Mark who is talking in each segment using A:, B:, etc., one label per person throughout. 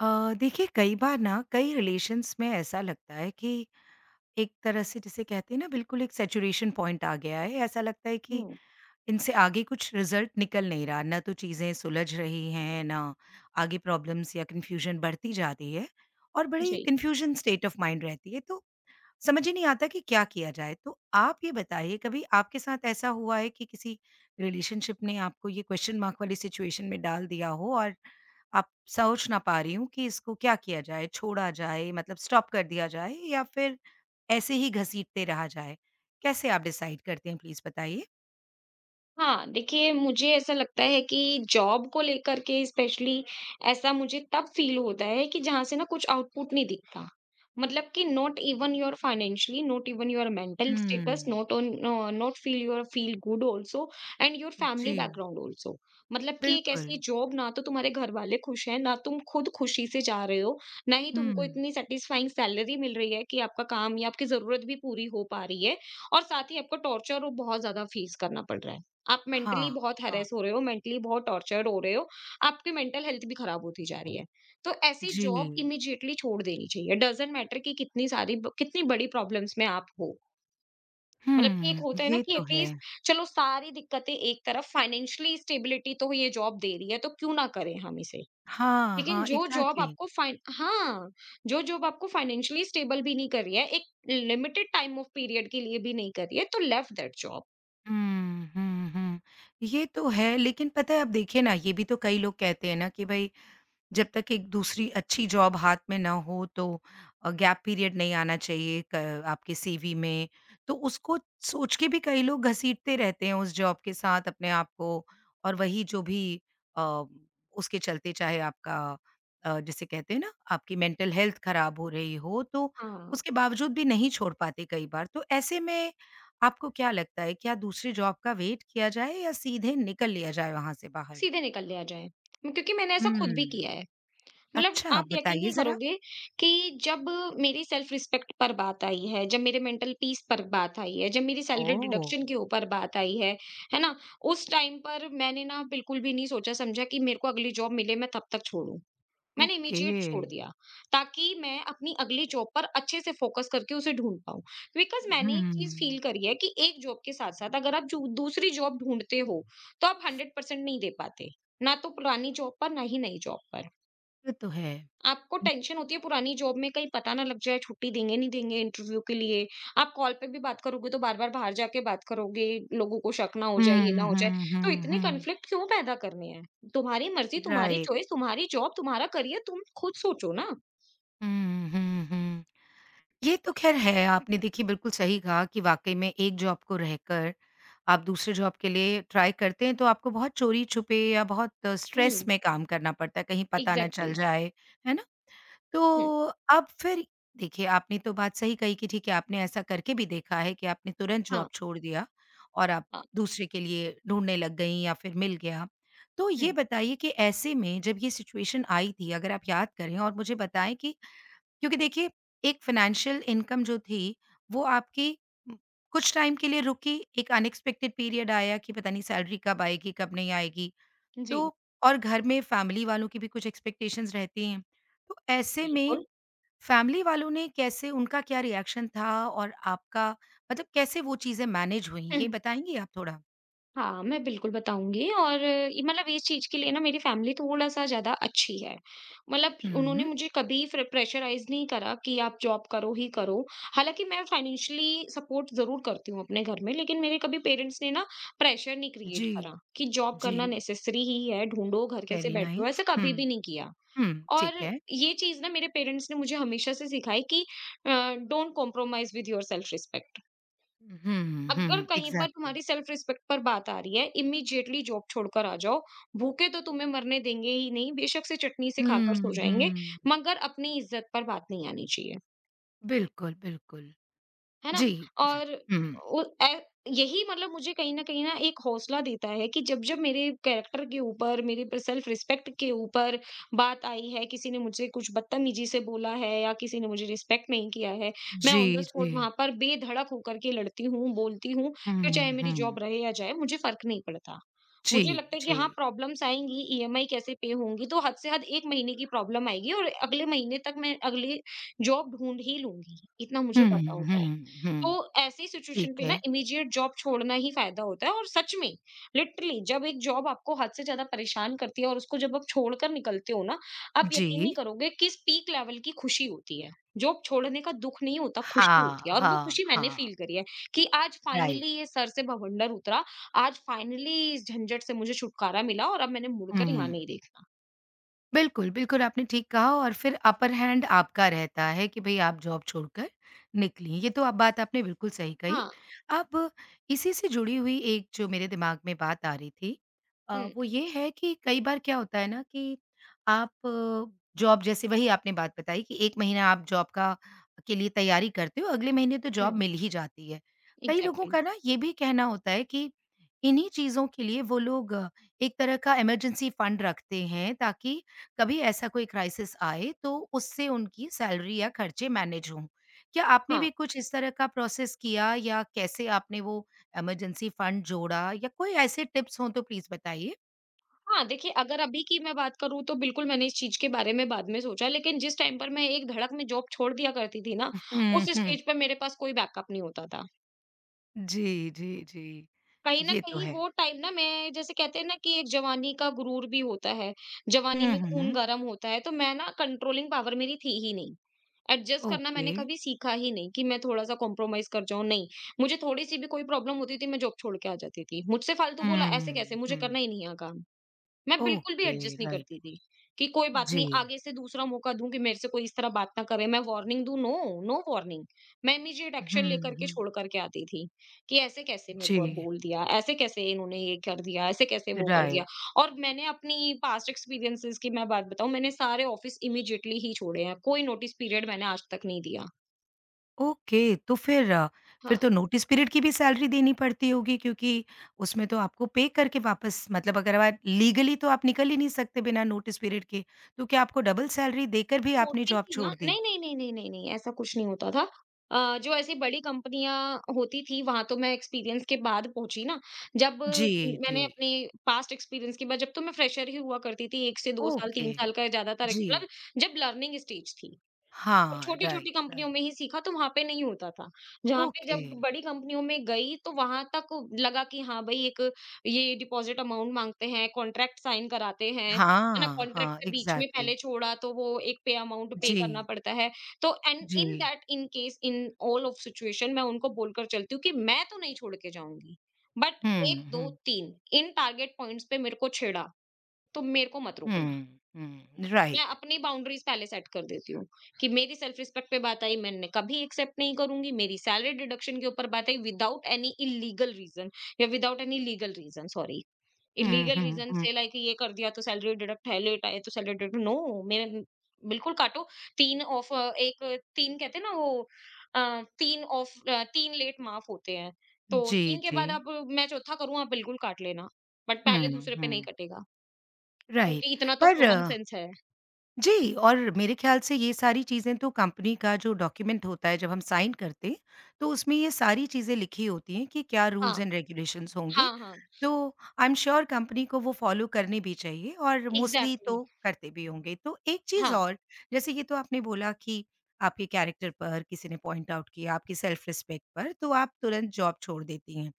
A: देखिए कई बार ना कई रिलेशंस में ऐसा लगता है कि एक तरह से जिसे कहते हैं ना बिल्कुल एक सैचुरेशन पॉइंट आ गया है। ऐसा लगता है कि
B: हुँ,
A: इनसे आगे कुछ रिजल्ट निकल नहीं रहा, ना तो चीज़ें सुलझ रही हैं, ना आगे प्रॉब्लम्स या कन्फ्यूजन बढ़ती जा रही है और बड़ी
B: जी।
A: कन्फ्यूजन स्टेट ऑफ माइंड रहती है। तो समझ ही नहीं आता कि क्या किया जाए। तो आप ये बताइए कभी आपके साथ ऐसा हुआ है कि किसी रिलेशनशिप ने आपको ये क्वेश्चन मार्क वाली सिचुएशन में डाल दिया हो और आप सोच ना पा रही हो कि इसको क्या किया जाए? छोड़ा जाए मतलब स्टॉप कर दिया जाए या फिर ऐसे ही घसीटते रहा जाए? कैसे आप डिसाइड करते हैं प्लीज़ बताइए?
B: हाँ, देखिए मुझे ऐसा लगता है कि जॉब को लेकर के स्पेशली ऐसा मुझे तब फ़ील होता है कि जहाँ से ना कुछ आउटपुट नहीं दिखता। मतलब कि not even your financially, not even your mental status,
A: hmm.
B: Not feel your feel good also and your family
A: जी,
B: बैकग्राउंड आल्सो। मतलब कि एक
A: बिल्कुल।
B: ऐसी जॉब ना तो तुम्हारे घरवाले खुश हैं, ना तुम खुद खुशी से जा रहे हो, ना ही तुमको
A: हुँ।
B: इतनी सैटिस्फाइंग सैलरी मिल रही है कि आपका काम या आपकी ज़रूरत भी पूरी हो पा रही है और साथ ही आपको टॉर्चर और बहुत ज़्यादा फेस करना पड़ रहा है। आप मेंटली
A: हाँ,
B: बहुत
A: हाँ।
B: हैरेस हो रहे हो, मेंटली बहुत टॉर्चर्ड हो रहे हो, आपकी मेंटल हेल्थ भी खराब होती जा रही है। तो ऐसी
A: जी।
B: जॉब इमीडिएटली छोड़ देनी चाहिए, डज़न्ट मैटर कि कितनी सारी ब कितनी बड़ी प्रॉब्लम्स में आप हो। मतलब कि एक
A: हुँ,
B: होता है ना
A: ये
B: कि
A: तो है।
B: एटलीस्ट चलो सारी दिक्कतें एक तरफ फाइनेंशियली स्टेबिलिटी तो ये जॉब दे रही है, तो क्यों ना करें हम इसे।
A: हाँ,
B: लेकिन
A: हाँ, एग्ज़ैक्टली।
B: जो जॉब आपको फाइनेंशियली स्टेबल भी नहीं कर रही है, एक लिमिटेड टाइम ऑफ पीरियड के लिए भी नहीं कर रही है, तो left that job.
A: Hmm, hmm, hmm. ये तो है लेकिन पता है अब देखिए ना ये भी तो कई लोग कहते हैं ना कि भई जब तक एक दूसरी अच्छी जॉब हाथ में ना हो तो गैप पीरियड नहीं आना चाहिए क आपके सीवी में। तो उसको सोच के भी कई लोग घसीटते रहते हैं उस जॉब के साथ अपने आप को और वही जो भी अ, उसके चलते चाहे आपका जिसे कहते हैं ना आपकी मेंटल हेल्थ खराब हो रही हो तो
B: हाँ।
A: उसके बावजूद भी नहीं छोड़ पाते कई बार। तो ऐसे में आपको क्या लगता है क्या दूसरी जॉब का वेट किया जाए या सीधे निकल लिया जाए वहाँ से बाहर?
B: सीधे निकल लिया जाए। क्योंकि मैंने ऐसा खुद भी
A: हुँ।
B: किया है। मतलब
A: अच्छा,
B: आप यकीन
A: बताइए
B: नहीं
A: ज़रा।
B: करोगे कि जब मेरी सेल्फ रिस्पेक्ट पर बात आई है, जब मेरे मेंटल पीस पर बात आई है, जब मेरी सैलरी
A: ओह!
B: डिडक्शन के ऊपर बात आई है ना? उस टाइम पर मैंने ना बिल्कुल भी नहीं सोचा-समझा कि मेरे को अगली जॉब मिले मैं तब तक छोड़ूँ। मैंने
A: ओके।
B: इमीडिएट छोड़ दिया, ताकि मैं अपनी अगली जॉब पर अच्छे से फोकस करके उसे ढूँढ पाऊँ। बिकॉज़ मैंने एक चीज़ फ़ील
A: हुँ,
B: करी है कि एक जॉब के साथ-साथ अगर आप जो दूसरी जॉब ढूँढते हो, तो आप 100% नहीं दे पाते, ना तो पुरानी जॉब पर, ना ही नई जॉब पर।
A: ये तो है।
B: आपको टेंशन होती है पुरानी जॉब में कहीं पता ना लग जाए छुट्टी देंगे नहीं देंगे इंटरव्यू के लिए, आप कॉल पे भी बात करोगे तो बार बार बाहर जाके बात करोगे, लोगों को शक ना हो जाए, ये ना
A: हुँ,
B: हो जाए।
A: हुँ,
B: तो
A: हुँ,
B: इतने
A: हुँ।
B: कन्फ्लिक्ट क्यों पैदा करने हैं? तुम्हारी मर्जी, तुम्हारी
A: राइट।
B: चॉइस, तुम्हारी जॉब, तुम्हारा करियर, तुम खुद सोचो ना।
A: हुँ, हुँ, हुँ। ये तो ख़ैर है, आपने देखिए बिल्कुल सही कहा कि वाक़ई में एक जॉब को रहकर आप दूसरे जॉब के लिए ट्राई करते हैं, तो आपको बहुत चोरी-छुपे या बहुत स्ट्रेस
B: हम्म,
A: में काम करना पड़ता है, कहीं पता ना चल
B: एग्जैक्टली।
A: जाए, है ना? तो
B: हम्म।
A: अब फिर देखिए, आपने तो बात सही कही कि ठीक है, आपने ऐसा करके भी देखा है कि आपने तुरंत
B: हाँ,
A: जॉब छोड़ दिया और आप
B: हाँ।
A: दूसरे के लिए ढूँढने लग गईं या फिर मिल गया। तो ये
B: हम्म।
A: बताइए कि ऐसे में जब ये सिचुएशन आई थी, अगर आप याद करें और मुझे बताएँ कि क्योंकि देखिए, एक फ़ाइनेंशियल इनकम जो थी, वो आपकी उम, कुछ टाइम के लिए रुकी, एक अनएक्सपेक्टेड पीरियड आया कि पता नहीं सैलरी कब आएगी, कब नहीं आएगी। तो
B: जी।
A: और घर में फैमिली वालों की भी कुछ एक्सपेक्टेशंस रहती हैं। तो ऐसे में
B: बिल्कुल।
A: फैमिली वालों ने कैसे उनका क्या रिएक्शन था और आपका मतलब कैसे वो चीज़ें मैनेज हुई, ये
B: हम्म।
A: बताएँगी आप थोड़ा?
B: हाँ, मैं बिल्कुल बताऊँगी और ये मतलब इस चीज़ के लिए ना मेरी फैमिली थोड़ा-सा ज़्यादा अच्छी है। मतलब उन्होंने
A: हुँ।
B: मुझे कभी फ्र प्रेशराइज़ नहीं करा कि आप जॉब करो ही करो। हालाँकि मैं फाइनेंशियली सपोर्ट ज़रूर करती हूँ अपने घर में, लेकिन मेरे कभी पेरेंट्स ने ना प्रेशर नहीं क्रिएट
A: जी,
B: करा कि जॉब
A: जी।
B: करना नेसेसरी ही है, ढूँढो, घर कैसे
A: वेरी
B: बैठे हो, ऐसा
A: नाइस। हुँ,
B: कभी भी नहीं किया।
A: हुँ,
B: और
A: ठीक है।
B: ये चीज़ ना मेरे पेरेंट्स ने मुझे हमेशा से सिखाई कि uh, don't compromise with your self respect.
A: हुँ,
B: अगर
A: हुँ,
B: कहीं पर
A: एग्ज़ैक्टली।
B: तुम्हारी सेल्फ रिस्पेक्ट पर बात आ रही है, इमीडिएटली जॉब छोड़कर आ जाओ। भूखे तो तुम्हें मरने देंगे ही नहीं, बेशक से चटनी से खाकर सो
A: हुँ,
B: जाएँगे,
A: हुँ।
B: मगर अपनी इज़्ज़त पर बात नहीं आनी चाहिए।
A: बिल्कुल, बिल्कुल।
B: है ना?
A: जी,
B: और
A: हुँ।
B: उ ए यही मतलब मुझे कहीं न कहीं ना एक हौसला देता है कि जब-जब मेरे कैरेक्टर के ऊपर, मेरे प सेल्फ रिस्पेक्ट के ऊपर बात आई है, किसी ने मुझे कुछ बदतमीज़ी से बोला है या किसी ने मुझे रिस्पेक्ट नहीं किया है, मैं
A: जी,
B: ऑन द
A: जी।
B: स्पॉट वहाँ पर बेधड़क होकर के लड़ती हूँ, बोलती हूँ, फिर चाहे
A: हुँ,
B: मेरी जॉब
A: हुँ।
B: रहे या जाए, मुझे फ़र्क नहीं पड़ता।
A: जी,
B: मुझे लगता है कि
A: जी।
B: हाँ, प्रॉब्लम्स आएँगी, ईएमआई कैसे पे होंगी, तो हद से हद 1 महीने की प्रॉब्लम आएगी और अगले महीने तक मैं अगली जॉब ढूँढ ही लूँगी, इतना मुझे
A: हुँ,
B: पता होता है।
A: हुँ,
B: तो
A: हुँ।
B: ऐसी सिचुएशन
A: ठीक
B: पे ना
A: है।
B: इमीडिएट जॉब छोड़ना ही फायदा होता है और सच में लिटरली जब एक जॉब आपको हद से ज्यादा परेशान करती है और उसको जब आप छोड़कर निकलते हो ना, आप यकीन नहीं
A: जी।
B: करोगे किस पीक लेवल की खुशी होती है। जॉब छोड़ने का दुख नहीं होता, खुशी
A: हाँ,
B: होती है, और वो
A: हाँ,
B: खुशी मैंने
A: हाँ।
B: फील करी है कि आज
A: राइट।
B: फाइनली ये सर से भवंडर उतरा, आज फाइनली इस झंझट से मुझे छुटकारा मिला और अब मैंने मुड़कर यहाँ
A: हुँ।
B: नहीं देखना।
A: बिल्कुल, बिल्कुल, आपने ठीक कहा और फिर अपर हैंड आपका रहता है कि भई आप जॉब छोड़कर निकलीं, ये तो आप बात आपने बिल्कुल सही कही।
B: हाँ।
A: अब इसी से जुड़ी हुई एक जो मेरे दिमाग में बात आ रही थी,
B: हम्म।
A: वो ये है कि कई बार क्या होता है ना कि आप जॉब जैसे वही आपने बात बताई कि 1 महीना आप जॉब का के लिए तैयारी करते हो, अगले महीने तो जॉब
B: हम्म,
A: मिल ही जाती है। कई लोगों
B: एग्जैक्टली।
A: का ना ये भी कहना होता है कि इन्हीं चीज़ों के लिए वो लोग एक तरह का इमरजेंसी फंड रखते हैं ताकि कभी ऐसा कोई क्राइसिस आए तो उससे उनकी सैलरी या खर्चे मैनेज हों। क्या आपने भी कुछ इस तरह का प्रोसेस किया या कैसे आपने वो इमरजेंसी फंड जोड़ा या कोई ऐसे टिप्स हों तो प्लीज़ बताइए?
B: हाँ, देखिए अगर अभी की मैं बात करूँ तो बिल्कुल मैंने इस चीज़ के बारे में बाद में सोचा, लेकिन जिस टाइम पर मैं एक धड़क में जॉब छोड़ दिया करती थी ना,
A: हुँ,
B: उस
A: हुँ।
B: स्टेज पे मेरे पास कोई बैकअप नहीं होता था।
A: जी, जी, जी।
B: कहीं न
A: ये तो
B: कहीं
A: है।
B: वो टाइम ना, मैं जैसे कहते हैं ना कि एक जवानी का गुरूर भी होता है, जवानी
A: हुँ,
B: में खून
A: हुँ।
B: गरम होता है, तो मैं ना कंट्रोलिंग पावर मेरी थी ही नहीं। एडजस्ट करना
A: ओके।
B: मैंने कभी सीखा ही नहीं कि मैं थोड़ा-सा कॉम्प्रोमाइज़ कर जाऊँ, नहीं। मुझे थोड़ी-सी भी कोई प्रॉब्लम होती थी, मैं जॉब छोड़ के आ जाती थी। मुझसे फालतू बोला ऐसे कैसे?
A: हुँ,
B: मुझे
A: हुँ।
B: करना ही नहीं है यहाँ काम। मैं बिल्कुल भी
A: ओके,
B: एडजस्ट नहीं
A: राइट।
B: करती थी कि कोई बात
A: जी।
B: नहीं, आगे से दूसरा मौका दूं कि मेरे से कोई इस तरह बात ना करे, मैं वार्निंग दूं। No, no warning. मैं इमीडिएट एक्शन
A: हुँ,
B: लेकर के
A: हुँ।
B: छोड़ करके आती थी कि ऐसे कैसे मेरे को अब
A: जी,
B: बोल दिया, ऐसे कैसे इन्होंने ये कर दिया, ऐसे कैसे वो कर दिया।
A: राइट।
B: और मैंने अपनी पास्ट एक्सपीरियंसेस की मैं बात बताऊं, मैंने सारे ऑफिस इमीडिएटली ही छोड़े हैं, कोई नोटिस पीरियड मैंने आज तक नहीं दिया।
A: ओके, तो फिर फिर तो नोटिस पीरियड की भी सैलरी देनी पड़ती होगी क्योंकि उसमें तो आपको पे करके वापस मतलब अगर आप लीगली तो आप निकल ही नहीं सकते बिना नोटिस पीरियड के, तो क्या आपको डबल सैलरी देकर भी आपने
B: होती
A: जॉब
B: थी ना?
A: छोड़ दी?
B: नहीं, नहीं, नहीं, नहीं, नहीं, नहीं, ऐसा कुछ नहीं होता था। जो ऐसी बड़ी कंपनियाँ होती थी, वहाँ तो मैं एक्सपीरियंस के बाद पहुँची ना। जब
A: जी, जी।
B: मैंने अपनी पास्ट एक्सपीरियंस के बाद जब तो मैं फ्रेशर ही हुआ करती थी, 1 से 2 साल,
A: ओके,
B: 3 साल का ज़्यादातर
A: जी।
B: मतलब जब लर्निंग स्टेज थी। और
A: हाँ,
B: छोटी-छोटी
A: राइट,
B: कंपनियों
A: राइट।
B: में ही सीखा, तो वहाँ पे नहीं होता था। जहाँ पे
A: ओके।
B: जब बड़ी कंपनियों में गई तो वहाँ तक लगा कि हाँ भाई, एक ये डिपॉज़िट अमाउंट माँगते हैं, कॉन्ट्रैक्ट साइन कराते हैं, है ना?
A: हाँ,
B: कॉन्ट्रैक्ट
A: हाँ,
B: से बीच में पहले
A: एग्ज़ैक्टली।
B: छोड़ा तो वो एक पे अमाउंट पे करना
A: जी,
B: पड़ता है। तो एंड
A: जी।
B: In that in case in all of situation मैं उनको बोलकर चलती हूँ कि मैं तो नहीं छोड़ के जाऊँगी, but
A: um,
B: 1, 2,
A: um,
B: 3 in target points पे मेरे को छेड़ा, तो मेरे को मत रोकना।
A: हुँ, हुँ,
B: मैं
A: राइट।
B: अपनी बाउंड्रीज पहले सेट कर देती हूँ कि मेरी सेल्फ रिस्पेक्ट पे बात आई, मैंने कभी एक्सेप्ट नहीं करूंगी, मेरी सैलरी डिडक्शन के ऊपर बात आई विदाउट एनी इलीगल रीजन या without any legal reason, sorry,
A: um,
B: illegal
A: um,
B: reason
A: um.
B: से, लाइक ये कर दिया तो सैलरी डिडक्ट है, लेट आए तो सैलरी डिडक्ट, नो। मेरे बिल्कुल काटो। तीन ऑफ, एक, तीन कहते हैं ना वो, तीन ऑफ तीन लेट माफ होते हैं, तो
A: जी,
B: तीन के
A: जी।
B: बाद आप, मैं चौथा करूँ आप बिल्कुल काट लेना, बट
A: हुँ,
B: पहले दूसरे पे नहीं
A: हुँ,
B: कटेगा,
A: राइट।
B: क्योंकि इतना तो
A: पर
B: कॉमन सेंस है।
A: जी, और मेरे ख़्याल से ये सारी चीज़ें तो कंपनी का जो डॉक्यूमेंट होता है जब हम साइन करते हैं, तो उसमें ये सारी चीज़ें लिखी होती हैं कि क्या रूल्स
B: हाँ,
A: एंड रेगुलेशंस होंगे।
B: हाँ, हाँ,
A: तो आई एम श्योर कंपनी को वो फ़ॉलो करने भी चाहिए और मोस्टली
B: एग्ज़ैक्टली।
A: तो करते भी होंगे। तो एक चीज़
B: हाँ,
A: और, जैसे ये तो आपने बोला कि आपके कैरेक्टर पर किसी ने पॉइंट आउट किया, आपकी सेल्फ रिस्पेक्ट पर, तो आप तुरंत जॉब छोड़ देती हैं।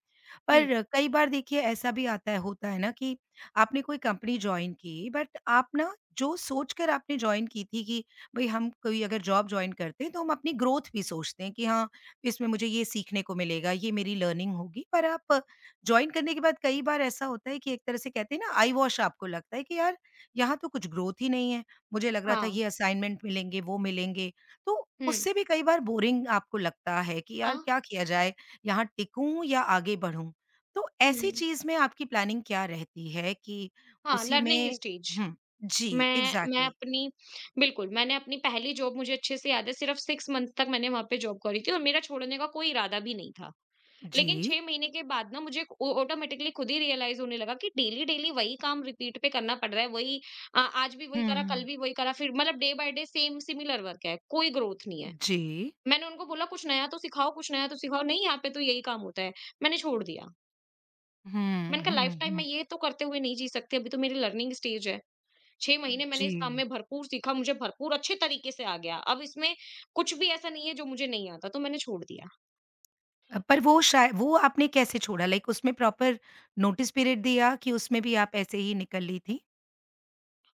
B: हुँ,
A: पर कई बार देखिए ऐसा भी आता है होता है ना कि आपने कोई कंपनी जॉइन की बट आप ना जो सोचकर आपने जॉइन की थी कि भाई हम कोई अगर जॉब जॉइन करते हैं तो हम अपनी ग्रोथ भी सोचते हैं कि हाँ इसमें मुझे ये सीखने को मिलेगा ये मेरी लर्निंग होगी पर आप ज्वाइन करने के बाद कई बार ऐसा होता है कि एक तरह से कहते हैं ना आई वॉश आपको लगता है कि यार यहाँ तो कुछ ग्रोथ ही नहीं है मुझे लग रहा था
B: हाँ,
A: ये असाइनमेंट मिलेंगे वो मिलेंगे तो
B: हुँ,
A: उससे भी कई बार बोरिंग आपको लगता है कि
B: हाँ,
A: यार क्या किया जाए यहाँ टिकूं या आगे बढ़ूं तो ऐसी
B: हुँ,
A: चीज़ में आपकी प्लानिंग क्या रहती है कि
B: हाँ,
A: उसी
B: लर्निंग
A: में
B: स्टेज।
A: हुँ, जी,
B: मैं
A: एग्ज़ैक्टली।
B: अपनी बिल्कुल, मैंने अपनी पहली जॉब मुझे अच्छे से याद है, सिर्फ़ 6 मंथ तक मैंने वहाँ पे जॉब करी थी और मेरा छोड़ने का कोई इरादा भी नहीं था। लेकिन
A: जी।
B: 6 महीने के बाद ना मुझे ऑ ऑटोमैटिकली खुद ही रियलाइज़ होने लगा कि डेली-डेली वही काम रिपीट पे करना पड़ रहा है, वही, आज भी वही करा, कल
A: हुँ,
B: भी वही करा, फिर मतलब day by day same similar work है, कोई ग्रोथ नहीं है।
A: जी।
B: मैंने उनको बोला कुछ नया तो सिखाओ, कुछ नया तो सिखाओ, नहीं यहाँ पे तो यही काम होता है, मैंने छोड़ दिया। मैंने
A: हुँ,
B: कहा लाइफ
A: हुँ,
B: टाइम मैं
A: हुँ।
B: ये तो करते हुए नहीं जी सकती, अभी तो मेरी लर्निंग स्टेज है। 6 महीने मैंने
A: जी।
B: इस काम में भरपूर सीखा, मुझे भरपूर अच्छे तरीके से आ गया, अब इसमें कुछ भी ऐसा नहीं है जो मुझे नहीं आता, तो मैंने छोड़ दिया।
A: पर वो शाय वो आपने कैसे छोड़ा? लाइक उसमें प्रॉपर नोटिस पीरियड दिया कि उसमें भी आप ऐसे ही निकल ली थीं?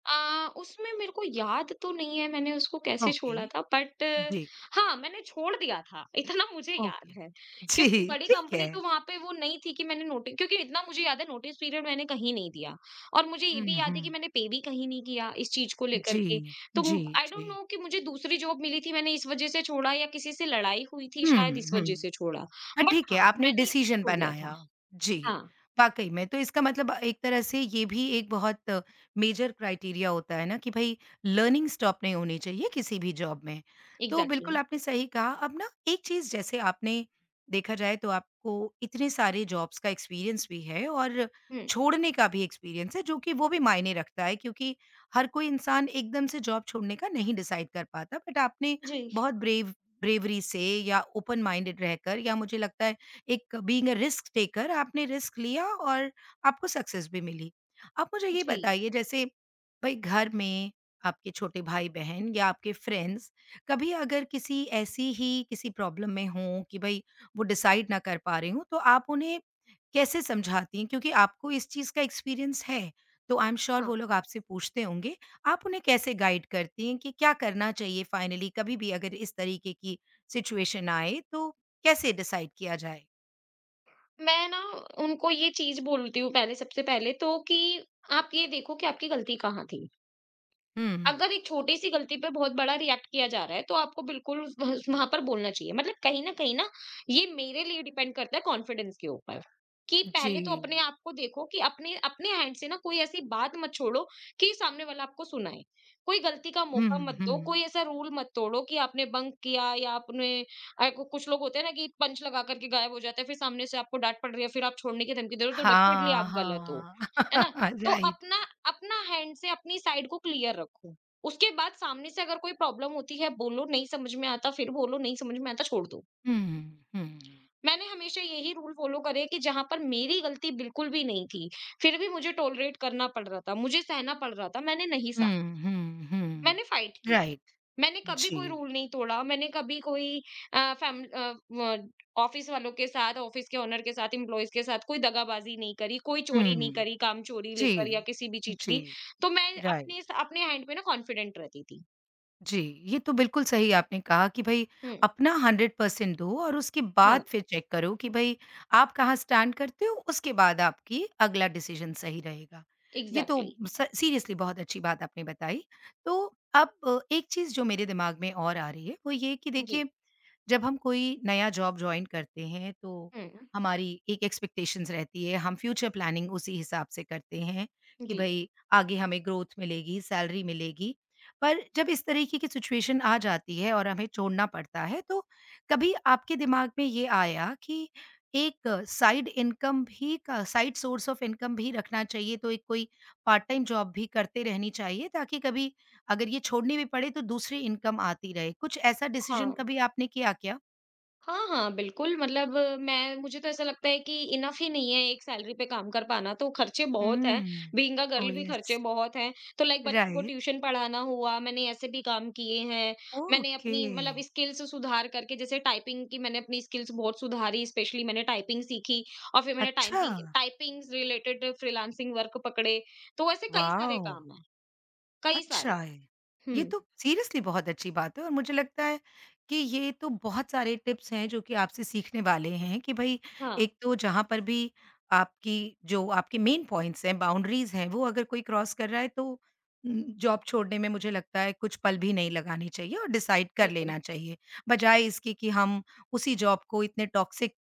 B: उसमें मेरे को याद तो नहीं है मैंने उसको कैसे
A: ओके।
B: छोड़ा था, बट
A: जी,
B: हाँ, मैंने छोड़ दिया था, इतना मुझे याद
A: ओके।
B: है।
A: जी,
B: क्योंकि बड़ी
A: ठीक
B: कंपनी
A: है।
B: तो वहाँ पे वो नहीं थी कि मैंने नोटि क्योंकि इतना मुझे याद है, नोटिस पीरियड मैंने कहीं नहीं दिया और मुझे ये भी
A: हुँ,
B: याद है कि
A: हुँ।
B: मैंने पे भी कहीं नहीं किया इस चीज़ को लेकर
A: जी,
B: के। तो
A: जी,
B: आई डोंट
A: जी।
B: नो कि मुझे दूसरी जॉब मिली थी, मैंने इस वज़ह से छोड़ा या किसी से लड़ाई हुई थी
A: हुँ,
B: शायद इस
A: हुँ।
B: वज़ह से छोड़ा।
A: हाँ,
B: बट
A: ठीक है,
B: हाँ,
A: आपने
B: मैंने
A: डिसीज़न
B: छोड़ दिया था।
A: बनाया। जी,
B: हाँ,
A: वाक़ई में। तो इसका मतलब एक तरह से ये भी एक बहुत मेजर क्राइटेरिया होता है ना कि भई लर्निंग स्टॉप नहीं होनी चाहिए किसी भी जॉब में। तो
B: एग्ज़ैक्टली।
A: बिल्कुल आपने सही कहा। अब ना एक चीज़ जैसे आपने देखा जाए तो आपको इतने सारे जॉब्स का एक्सपीरियंस भी है और
B: हुँ।
A: छोड़ने का भी एक्सपीरियंस है जो कि वो भी मायने रखता है क्योंकि हर कोई इंसान एकदम से जॉब छोड़ने का नहीं डिसाइड कर पाता। बट आपने
B: जी,
A: बहुत ब्रेवरी से या ओपन माइंडेड रहकर या मुझे लगता है एक बीइंग अ रिस्क टेकर आपने रिस्क लिया और आपको सक्सेस भी मिली। आप मुझे ये
B: जी,
A: बताइए जैसे भाई घर में आपके छोटे भाई-बहन या आपके फ्रेंड्स कभी अगर किसी ऐसी ही किसी प्रॉब्लम में हों कि भई वो डिसाइड ना कर पा रहे हों तो आप उन्हें कैसे समझाती हैं? क्योंकि आपको इस चीज़ का एक्सपीरियंस है, तो आई एम श्योर
B: हाँ।
A: वो लोग आपसे पूछते होंगे आप उन्हें कैसे गाइड करती हैं कि क्या करना चाहिए फाइनली कभी भी अगर इस तरीके की सिचुएशन आए तो कैसे डिसाइड किया जाए?
B: मैं ना उनको ये चीज़ बोलती हूँ, पहले सबसे पहले तो कि आप ये देखो कि आपकी गलती कहाँ थी।
A: हुँ।
B: अगर एक छोटी सी गलती पे बहुत बड़ा रिएक्ट किया जा रहा है तो आपको बिल्कुल वह वहाँ पर बोलना चाहिए। मतलब कहीं न कहीं ना, ये मेरे लिए डिपेंड करता है कॉन्फिडेंस के ऊपर, कि
A: जी।
B: पहले तो अपने आप को देखो कि अपने अपने हैंड से ना कोई ऐसी बात मत छोड़ो कि सामने वाला आपको सुनाए। कोई गलती का
A: हुँ,
B: मौका मत दो,
A: हुँ।
B: कोई ऐसा रूल मत तोड़ो कि आपने बंक किया या आपने, अ, कु कुछ लोग होते हैं ना कि पंच लगा कर के गायब हो जाते हैं, फिर सामने से आपको डाँट पड़ रही है, फिर आप छोड़ने की धमकी दे रहे हो, तो डेफिनिटली
A: हाँ,
B: आप गलत हो।
A: हाँ।
B: है ना? तो
A: राइट।
B: अपना, हैंड से अपनी साइड को क्लियर रखो। उसके बाद सामने से अगर कोई प्रॉब्लम होती है, बोलो नहीं समझ में आता, फिर बोलो नहीं समझ में आता, छोड़ दो।
A: हुँ, हुँ।
B: मैंने हमेशा यही रूल फ़ॉलो करे कि जहाँ पर मेरी गलती बिल्कुल भी नहीं थी, फिर भी मुझे टॉलरेट करना पड़ रहा था, मुझे सहना पड़ रहा था, मैंने नहीं सहा,
A: हुँ, हुँ, हुँ।
B: मैंने फाइट किया।
A: राइट।
B: मैंने कभी कोई
A: जी।
B: रूल नहीं तोड़ा, मैंने कभी कोई, अ, फैम अ, व ऑफ़िस वालों के साथ, ऑफ़िस के ओनर के साथ, एम्प्लॉइज़ के साथ कोई दगाबाजी नहीं करी, कोई चोरी नहीं
A: हुँ।
B: करी, काम चोरी लेकर या
A: जी।
B: किसी भी चीज़
A: जी,
B: की। तो मैं
A: राइट।
B: अपने हैंड पे ना कॉन्फिडेंट रहती थी।
A: जी, ये तो बिल्कुल सही आपने कहा कि भई
B: हुँ,
A: अपना 100% दो और उसके
B: हाँ,
A: बाद फिर चेक करो कि भई आप कहाँ स्टैंड करते हो, उसके बाद आपकी अगला डिसीज़न सही रहेगा। ये तो
B: एग्ज़ैक्टली।
A: स सीरियसली बहुत अच्छी बात आपने बताई। तो अब एक चीज़ जो मेरे दिमाग में और आ रही है, वो ये कि
B: जी।
A: देखिए, जब हम कोई नया जॉब जॉइन करते हैं, तो
B: हुँ,
A: हमारी एक एक्सपेक्टेशंस रहती है, हम फ्यूचर प्लानिंग उसी हिसाब से करते हैं कि
B: जी।
A: भई आगे हमें ग्रोथ मिलेगी, सैलरी मिलेगी पर जब इस तरीके की सिचुएशन आ जाती है और हमें छोड़ना पड़ता है, तो कभी आपके दिमाग में ये आया कि एक साइड इनकम भी का साइड सोर्स ऑफ इनकम भी रखना चाहिए, तो एक कोई पार्ट टाइम जॉब भी करते रहनी चाहिए ताकि कभी अगर ये छोड़नी भी पड़े तो दूसरी इनकम आती रहे। कुछ ऐसा डिसीजन
B: हाँ।
A: कभी आपने किया क्या?
B: हाँ, हाँ, बिल्कुल मतलब, मैं मुझे तो ऐसा लगता है कि इनफ ही नहीं है एक सैलरी पे काम कर पाना, तो खर्चे बहुत हैं,
A: हुँ।
B: बीइंग अ गर्ल
A: ओह!
B: भी खर्चे
A: यस।
B: बहुत हैं। तो लाइक बच्चों को
A: राइट।
B: ट्यूशन पढ़ाना हुआ, मैंने ऐसे भी काम किए हैं। मैंने
A: ओके।
B: अपनी मतलब स्किल्स सुधार करके, जैसे टाइपिंग की मैंने अपनी स्किल्स बहुत सुधारी, स्पेशली मैंने टाइपिंग सीखी और फिर मैंने
A: अच्छा!
B: Typing typing related freelancing work पकड़े। तो ऐसे कई सारे
A: वाओ!
B: काम हैं, कई
A: अच्छा
B: सारे।
A: है। ये
B: हुँ,
A: तो सीरियसली बहुत अच्छी बात है और मुझे लगता है कि ये तो बहुत सारे टिप्स हैं जो कि आपसे सीखने वाले हैं कि भई
B: हाँ,
A: एक तो जहाँ पर भी आपकी जो आपके मेन पॉइंट्स हैं, बाउंड्रीज़ हैं, वो अगर कोई क्रॉस कर रहा है तो जॉब छोड़ने में मुझे लगता है कुछ पल भी नहीं लगाने चाहिए और डिसाइड कर
B: बिल्कुल।
A: लेना चाहिए। बजाए इसके कि हम उसी जॉब को इतने टॉक्सिक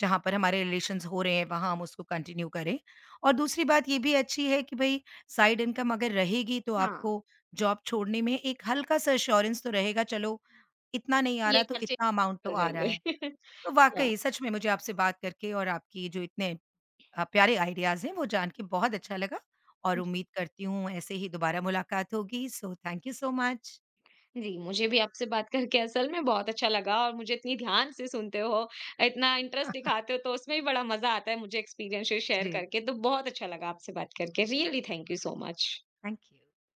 A: जहाँ पर हमारे रिलेशंस हो रहे हैं, वहाँ हम उसको कंटिन्यू करें। और दूसरी बात ये भी अच्छी है कि भई साइड इनकम अगर रहेगी तो
B: हाँ।
A: आपको जॉब छोड़ने में एक हल्का-सा एश्योरेंस तो रहेगा चलो इतना नहीं आ
B: ये
A: रहा तो
B: खर्चे
A: इतना अमाउंट तो
B: निकल
A: आ रहा
B: जाएँगे।
A: है। तो
B: हाँ।
A: वाक़ई सच में मुझे आपसे बात करके और आपकी जो इतने प्यारे आइडियाज़ हैं वो जान के बहुत अच्छा लगा और
B: जी।
A: उम्मीद करती हूँ ऐसे ही दोबारा मुलाकात होगी। So thank you so much.
B: जी, मुझे भी आपसे बात करके असल में बहुत अच्छा लगा, और मुझे इतनी ध्यान से सुनते हो, इतना इंटरेस्ट दिखाते हो, तो उसमें भी बड़ा मज़ा आता है मुझे एक्सपीरियंसेस शेयर
A: जी,
B: करके, तो बहुत अच्छा लगा आपसे बात करके। Really thank you so much.
A: Thank you.